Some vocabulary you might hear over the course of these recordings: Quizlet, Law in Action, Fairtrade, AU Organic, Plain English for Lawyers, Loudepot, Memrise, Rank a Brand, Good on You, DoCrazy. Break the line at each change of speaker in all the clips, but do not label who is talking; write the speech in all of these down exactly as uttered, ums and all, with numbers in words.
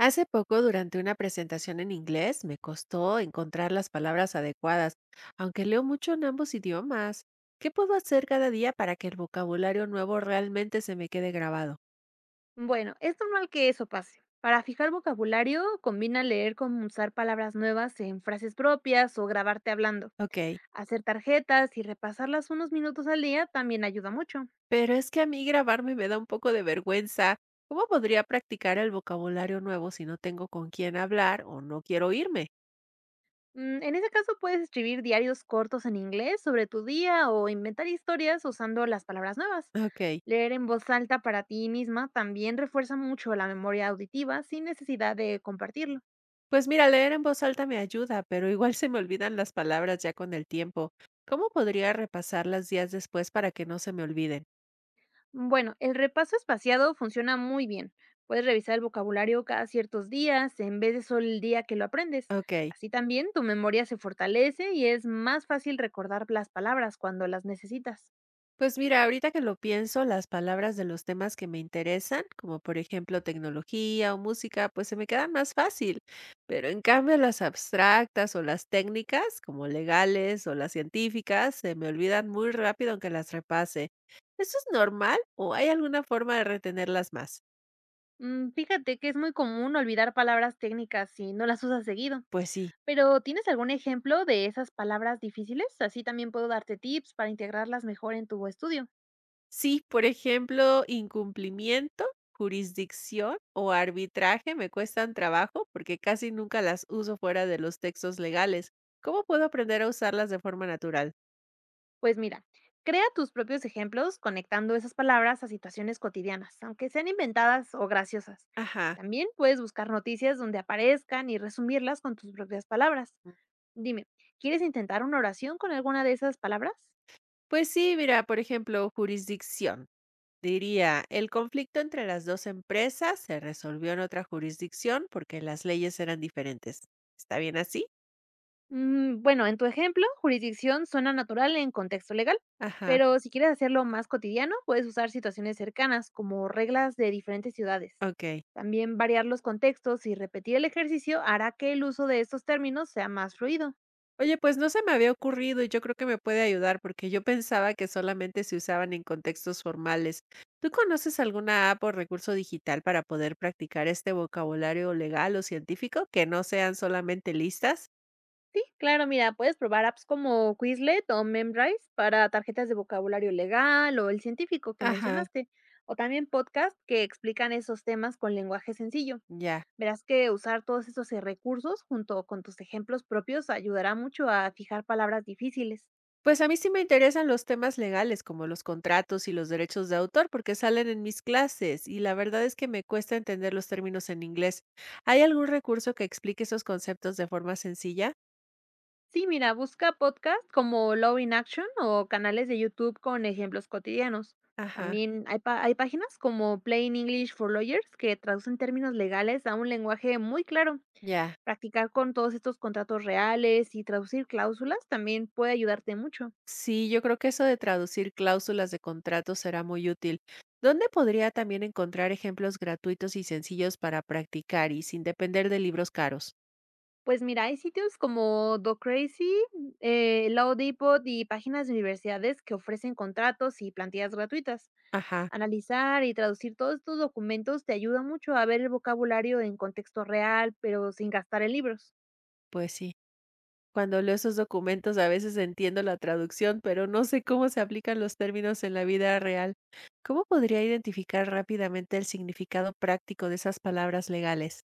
Hace poco, durante una presentación en inglés, me costó encontrar las palabras adecuadas, aunque leo mucho en ambos idiomas. ¿Qué puedo hacer cada día para que el vocabulario nuevo realmente se me quede grabado?
Bueno, es normal que eso pase. Para fijar vocabulario, combina leer con usar palabras nuevas en frases propias o grabarte hablando.
Ok,
Hacer tarjetas y repasarlas unos minutos al día también ayuda mucho.
pero es que a mí grabarme me da un poco de vergüenza. ¿Cómo podría practicar el vocabulario nuevo si no tengo con quién hablar o no quiero irme?
Mm, en ese caso puedes escribir diarios cortos en inglés sobre tu día o inventar historias usando las palabras nuevas.
Ok,
Leer en voz alta para ti misma también refuerza mucho la memoria auditiva sin necesidad de compartirlo.
pues mira, leer en voz alta me ayuda, pero igual se me olvidan las palabras ya con el tiempo. ¿Cómo podría repasarlas días después para que no se me olviden?
Bueno, el repaso espaciado funciona muy bien. Puedes revisar el vocabulario cada ciertos días en vez de solo el día que lo aprendes.
Okey.
Así también tu memoria se fortalece y es más fácil recordar las palabras cuando las necesitas.
Pues mira, ahorita que lo pienso, las palabras de los temas que me interesan, como por ejemplo tecnología o música, pues se me quedan más fácil, pero en cambio las abstractas o las técnicas, como legales o las científicas, se me olvidan muy rápido aunque las repase. ¿Eso es normal o hay alguna forma de retenerlas más?
Mm, fíjate que es muy común olvidar palabras técnicas si no las usas seguido.
Pues sí.
Pero ¿tienes algún ejemplo de esas palabras difíciles? Así también puedo darte tips para integrarlas mejor en tu estudio.
Sí, por ejemplo, incumplimiento, jurisdicción o arbitraje me cuestan trabajo porque casi nunca las uso fuera de los textos legales. ¿Cómo puedo aprender a usarlas de forma natural?
Pues mira, crea tus propios ejemplos conectando esas palabras a situaciones cotidianas, aunque sean inventadas o graciosas.
Ajá.
También puedes buscar noticias donde aparezcan y resumirlas con tus propias palabras. Dime, ¿quieres intentar una oración con alguna de esas palabras?
Pues sí, mira, por ejemplo, jurisdicción. Diría, el conflicto entre las dos empresas se resolvió en otra jurisdicción porque las leyes eran diferentes. ¿Está bien así?
Mm, bueno, en tu ejemplo, jurisdicción suena natural en contexto legal,
Ajá,
pero si quieres hacerlo más cotidiano, puedes usar situaciones cercanas como reglas de diferentes ciudades.
ok.
También variar los contextos y repetir el ejercicio hará que el uso de estos términos sea más fluido.
Oye, pues no se me había ocurrido y yo creo que me puede ayudar porque yo pensaba que solamente se usaban en contextos formales. ¿Tú conoces alguna app o recurso digital para poder practicar este vocabulario legal o científico que no sean solamente listas?
Sí, claro, mira, puedes probar apps como Quizlet o Memrise para tarjetas de vocabulario legal o el científico que
Ajá.
mencionaste, o también podcasts que explican esos temas con lenguaje sencillo.
Ya.
Verás que usar todos estos eh, recursos junto con tus ejemplos propios ayudará mucho a fijar palabras difíciles.
Pues a mí sí me interesan los temas legales como los contratos y los derechos de autor porque salen en mis clases y la verdad es que me cuesta entender los términos en inglés. ¿Hay algún recurso que explique esos conceptos de forma sencilla?
Sí, mira, busca podcasts como Law in Action o canales de YouTube con ejemplos cotidianos.
Ajá.
También hay, pa- hay páginas como Plain English for Lawyers que traducen términos legales a un lenguaje muy claro.
Ya.
Practicar con todos estos contratos reales y traducir cláusulas también puede ayudarte mucho.
Sí, yo creo que eso de traducir cláusulas de contrato será muy útil. ¿Dónde podría también encontrar ejemplos gratuitos y sencillos para practicar y sin depender de libros caros?
Pues mira, hay sitios como DoCrazy, eh, Loudepot y páginas de universidades que ofrecen contratos y plantillas gratuitas.
Ajá,
Analizar y traducir todos estos documentos te ayuda mucho a ver el vocabulario en contexto real, pero sin gastar en libros.
pues sí. Cuando leo esos documentos a veces entiendo la traducción, pero no sé cómo se aplican los términos en la vida real. ¿Cómo podría identificar rápidamente el significado práctico de esas palabras legales?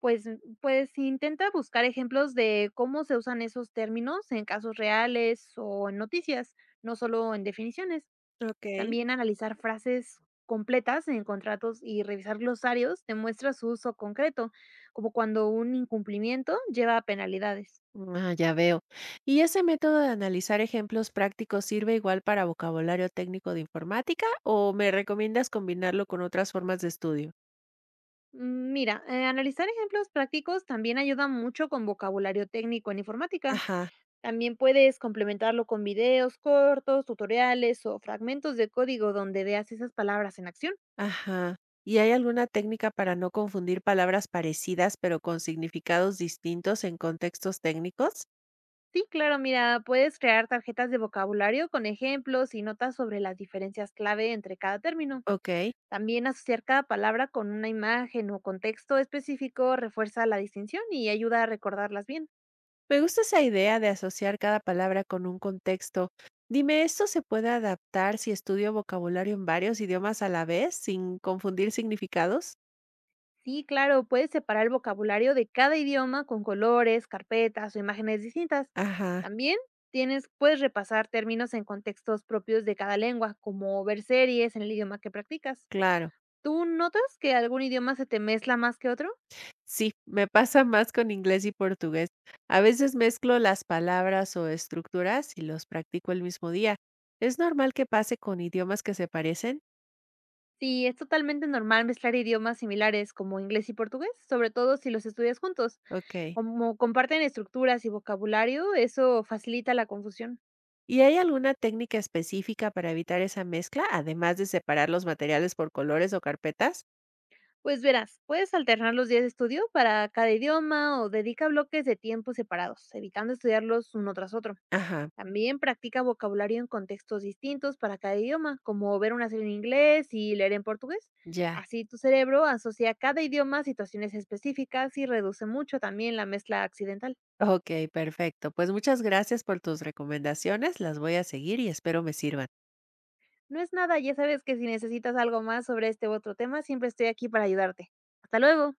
Pues, mm, pues intenta buscar ejemplos de cómo se usan esos términos en casos reales o en noticias, no solo en definiciones.
Ok.
También analizar frases completas en contratos y revisar glosarios demuestra su uso concreto, como cuando un incumplimiento lleva a penalidades.
Ah, ya veo. ¿Y ese método de analizar ejemplos prácticos sirve igual para vocabulario técnico de informática o me recomiendas combinarlo con otras formas de estudio?
Mm, mira, eh, analizar ejemplos prácticos también ayuda mucho con vocabulario técnico en informática.
Ajá.
También puedes complementarlo con videos cortos, tutoriales o fragmentos de código donde veas esas palabras en acción.
Ajá. ¿Y hay alguna técnica para no confundir palabras parecidas pero con significados distintos en contextos técnicos?
Sí, claro, mira, puedes crear tarjetas de vocabulario con ejemplos y notas sobre las diferencias clave entre cada término.
Ok.
También asociar cada palabra con una imagen o contexto específico refuerza la distinción y ayuda a recordarlas bien.
Me gusta esa idea de asociar cada palabra con un contexto. Dime, ¿esto se puede adaptar si estudio vocabulario en varios idiomas a la vez sin confundir significados?
Sí, claro, puedes separar el vocabulario de cada idioma con colores, carpetas o imágenes distintas.
Ajá,
También tienes, puedes repasar términos en contextos propios de cada lengua, como ver series en el idioma que practicas.
claro.
¿Tú notas que algún idioma se te mezcla más que otro?
Sí, me pasa más con inglés y portugués. A veces mezclo las palabras o estructuras y los practico el mismo día. ¿Es normal que pase con idiomas que se parecen?
Sí, es totalmente normal mezclar idiomas similares como inglés y portugués, sobre todo si los estudias juntos.
Ok.
Como comparten estructuras y vocabulario, eso facilita la confusión.
¿Y hay alguna técnica específica para evitar esa mezcla, además de separar los materiales por colores o carpetas?
Pues verás, puedes alternar los días de estudio para cada idioma o dedica bloques de tiempo separados, evitando estudiarlos uno tras otro.
Ajá,
También practica vocabulario en contextos distintos para cada idioma, como ver una serie en inglés y leer en portugués.
ya.
Así tu cerebro asocia cada idioma a situaciones específicas y reduce mucho también la mezcla accidental.
Ok, perfecto. Pues muchas gracias por tus recomendaciones. Las voy a seguir y espero me sirvan.
No es nada, ya sabes que si necesitas algo más sobre este u otro tema, siempre estoy aquí para ayudarte. Hasta luego.